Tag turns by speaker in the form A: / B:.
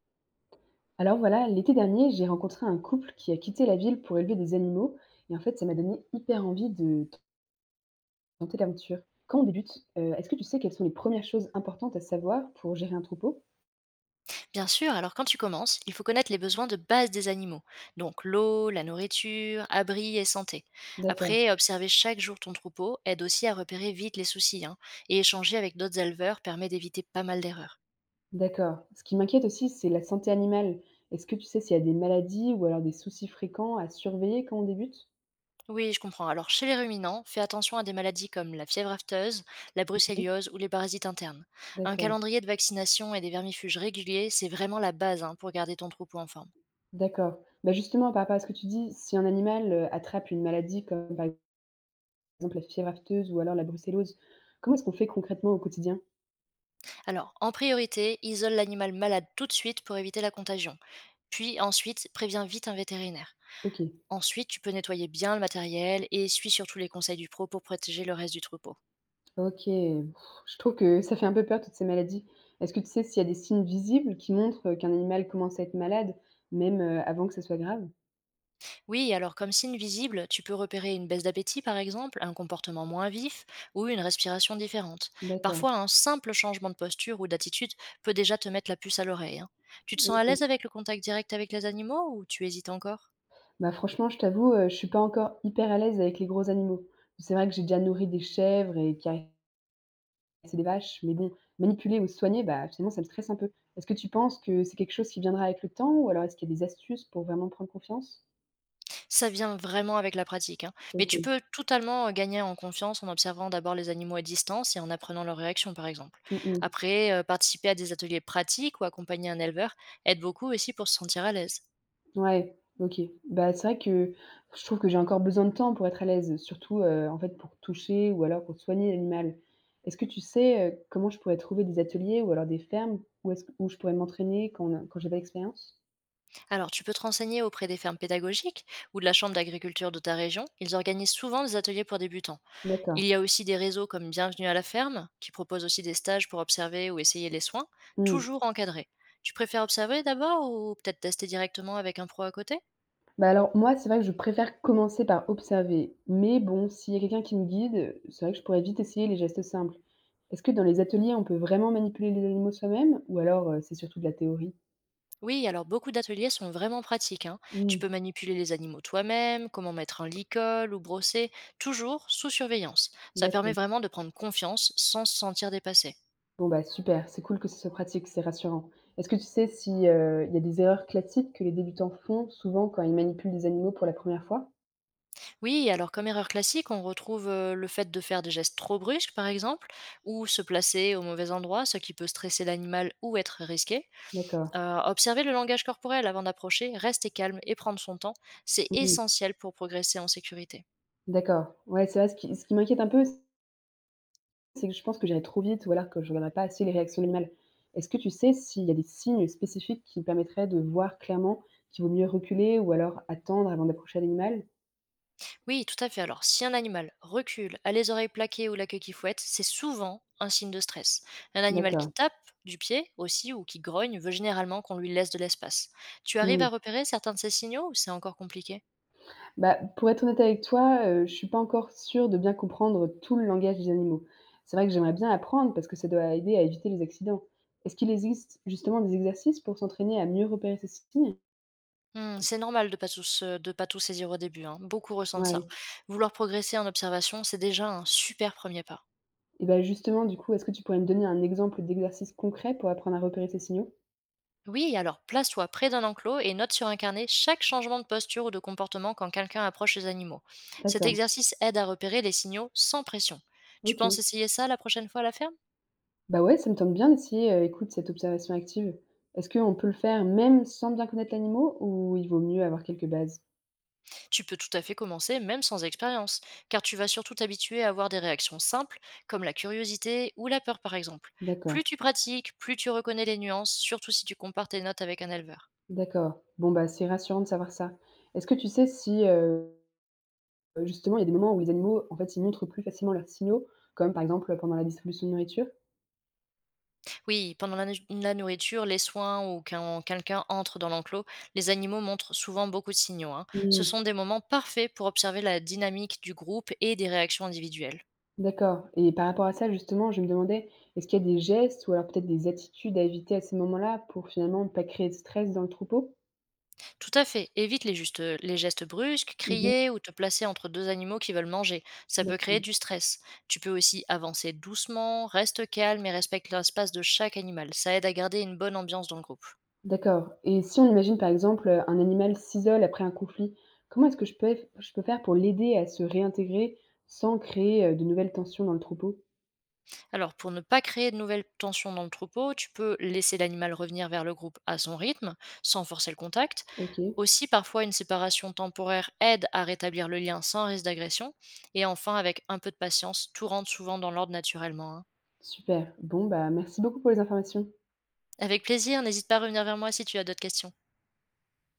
A: Alors voilà, l'été dernier, j'ai rencontré un couple qui a quitté la ville pour élever des animaux. Et en fait, ça m'a donné hyper envie de tenter l'aventure. Quand on débute, est-ce que tu sais quelles sont les premières choses importantes à savoir pour gérer un troupeau?
B: Bien sûr, alors quand tu commences, il faut connaître les besoins de base des animaux, donc l'eau, la nourriture, abri et santé.
A: D'accord,
B: Après, observer chaque jour ton troupeau aide aussi à repérer vite les soucis, hein, et échanger avec d'autres éleveurs permet d'éviter pas mal d'erreurs.
A: d'accord. Ce qui m'inquiète aussi, c'est la santé animale. Est-ce que tu sais s'il y a des maladies ou alors des soucis fréquents à surveiller quand on débute?
B: Oui, je comprends. Alors chez les ruminants, fais attention à des maladies comme la fièvre afteuse, la
A: Oui,
B: brucelliose ou les parasites internes. Un
A: d'accord,
B: calendrier de vaccination et des vermifuges réguliers, c'est vraiment la base, hein, pour garder ton troupeau en forme.
A: d'accord. Bah justement, par rapport à ce que tu dis, si un animal attrape une maladie comme par exemple la fièvre afteuse ou alors la brucellose, comment est-ce qu'on fait concrètement au quotidien?
B: Alors, en priorité, isole l'animal malade tout de suite pour éviter la contagion. Puis ensuite, préviens vite un vétérinaire.
A: Ok.
B: Ensuite, tu peux nettoyer bien le matériel et suis surtout les conseils du pro pour protéger le reste du troupeau.
A: OK, je trouve que ça fait un peu peur toutes ces maladies. Est-ce que tu sais s'il y a des signes visibles qui montrent, qu'un animal commence à être malade, même, avant que ça soit grave?
B: Oui, alors comme signe visible, tu peux repérer une baisse d'appétit par exemple, un comportement moins vif ou une respiration différente.
A: D'accord,
B: Parfois, un simple changement de posture ou d'attitude peut déjà te mettre la puce à l'oreille, hein. Tu te sens à
A: OK.
B: l'aise avec le contact direct avec les animaux ou tu hésites encore?
A: Bah, franchement, je t'avoue, je suis pas encore hyper à l'aise avec les gros animaux. C'est vrai que j'ai déjà nourri des chèvres et caressé des vaches, mais bon, manipuler ou soigner, bah, finalement, ça me stresse un peu. Est-ce que tu penses que c'est quelque chose qui viendra avec le temps ou alors est-ce qu'il y a des astuces pour vraiment prendre confiance?
B: Ça vient vraiment avec la pratique, hein. Mais tu
A: OK.
B: peux totalement, gagner en confiance en observant d'abord les animaux à distance et en apprenant leurs réactions, par exemple.
A: Mmh mh.
B: Après, participer à des ateliers pratiques ou accompagner un éleveur aide beaucoup aussi pour se sentir à l'aise.
A: Ouais, OK. Bah, c'est vrai que je trouve que j'ai encore besoin de temps pour être à l'aise, surtout, en fait, pour toucher ou alors pour soigner l'animal. Est-ce que tu sais, comment je pourrais trouver des ateliers ou alors des fermes où est-ce où je pourrais m'entraîner quand on a quand j'ai pas d'expérience?
B: Alors, tu peux te renseigner auprès des fermes pédagogiques ou de la chambre d'agriculture de ta région. Ils organisent souvent des ateliers pour débutants. Il
A: D'accord.
B: y a aussi des réseaux comme Bienvenue à la ferme, qui proposent aussi des stages pour observer ou essayer les soins,
A: Mmh.
B: toujours encadrés. Tu préfères observer d'abord ou peut-être tester directement avec un pro à côté?
A: Bah, alors moi, c'est vrai que je préfère commencer par observer, mais bon, s'il y a quelqu'un qui me guide, c'est vrai que je pourrais vite essayer les gestes simples. Est-ce que dans les ateliers, on peut vraiment manipuler les animaux soi-même ou alors, c'est surtout de la théorie?
B: Oui, alors beaucoup d'ateliers sont vraiment pratiques, hein. Tu
A: Mmh,
B: peux manipuler les animaux toi-même, comment mettre un licol ou brosser, toujours sous surveillance. Ça permet
A: d'accord.
B: vraiment de prendre confiance sans se sentir dépassé.
A: Bon, bah, super, c'est cool que ça soit pratique, c'est rassurant. Est-ce que tu sais si, il y a des erreurs classiques que les débutants font souvent quand ils manipulent des animaux pour la première fois?
B: Oui, alors comme erreur classique, on retrouve le fait de faire des gestes trop brusques, par exemple, ou se placer au mauvais endroit, ce qui peut stresser l'animal ou être risqué.
A: D'accord.
B: Observer le langage corporel avant d'approcher, rester calme et prendre son temps, c'est
A: Mmh.
B: essentiel pour progresser en sécurité.
A: D'accord. Ouais, c'est vrai, ce qui m'inquiète un peu, c'est que je pense que j'irai trop vite ou alors que je ne regarderai pas assez les réactions de l'animal. Est-ce que tu sais s'il y a des signes spécifiques qui me permettraient de voir clairement qu'il vaut mieux reculer ou alors attendre avant d'approcher l'animal?
B: Oui, tout à fait. Alors, si un animal recule, a les oreilles plaquées ou la queue qui fouette, c'est souvent un signe de stress. Un animal qui
A: D'accord.
B: tape du pied aussi ou qui grogne veut généralement qu'on lui laisse de l'espace. Tu arrives à
A: Mmh.
B: repérer certains de ces signaux ou c'est encore compliqué?
A: Bah, pour être honnête avec toi, je suis pas encore sûre de bien comprendre tout le langage des animaux. C'est vrai que j'aimerais bien apprendre parce que ça doit aider à éviter les accidents. Est-ce qu'il existe justement des exercices pour s'entraîner à mieux repérer ces signes?
B: Hmm. C'est normal de pas tous de pas tout saisir au début, hein. Beaucoup ressentent ça.
A: Ouais.
B: Vouloir progresser en observation, c'est déjà un super premier pas.
A: Et bah, justement, du coup, est-ce que tu pourrais me donner un exemple d'exercice concret pour apprendre à repérer ces signaux?
B: Oui, alors place-toi près d'un enclos et note sur un carnet chaque changement de posture ou de comportement quand quelqu'un approche les animaux. Cet
A: D'accord,
B: exercice aide à repérer les signaux sans pression. Tu
A: OK.
B: penses essayer ça la prochaine fois à la ferme?
A: Bah, ouais, ça me tente bien d'essayer, écoute, cette observation active. Est-ce qu'on peut le faire même sans bien connaître l'animal ou il vaut mieux avoir quelques bases?
B: Tu peux tout à fait commencer même sans expérience, car tu vas surtout t'habituer à avoir des réactions simples, comme la curiosité ou la peur par exemple.
A: D'accord.
B: Plus tu pratiques, plus tu reconnais les nuances, surtout si tu compares tes notes avec un éleveur.
A: D'accord. Bon, bah, c'est rassurant de savoir ça. Est-ce que tu sais si, justement, il y a des moments où les animaux, en fait, ils montrent plus facilement leurs signaux, comme, par exemple, pendant la distribution de nourriture?
B: Oui, pendant la nourriture, les soins ou quand quelqu'un entre dans l'enclos, les animaux montrent souvent beaucoup de signaux, hein. Ce
A: Mmh,
B: sont des moments parfaits pour observer la dynamique du groupe et des réactions individuelles.
A: d'accord. Et par rapport à ça, justement, je me demandais, est-ce qu'il y a des gestes ou alors peut-être des attitudes à éviter à ces moments-là pour, finalement, ne pas créer de stress dans le troupeau?
B: Tout à fait, évite les gestes brusques,
A: Mmh.
B: crier ou te placer entre deux animaux qui veulent manger. Ça peut créer
A: D'accord.
B: du stress. Tu peux aussi avancer doucement, reste calme et respecte l'espace de chaque animal. Ça aide à garder une bonne ambiance dans le groupe.
A: D'accord et si on imagine, par exemple, un animal s'isole après un conflit, comment est-ce que je peux faire pour l'aider à se réintégrer sans créer, de nouvelles tensions dans le troupeau?
B: Alors, pour ne pas créer de nouvelles tensions dans le troupeau, tu peux laisser l'animal revenir vers le groupe à son rythme, sans forcer le contact.
A: OK.
B: Aussi, parfois, une séparation temporaire aide à rétablir le lien sans risque d'agression. Et enfin, avec un peu de patience, tout rentre souvent dans l'ordre naturellement, hein.
A: Super. Bon, bah, merci beaucoup pour les informations.
B: Avec plaisir, n'hésite pas à revenir vers moi si tu as d'autres questions.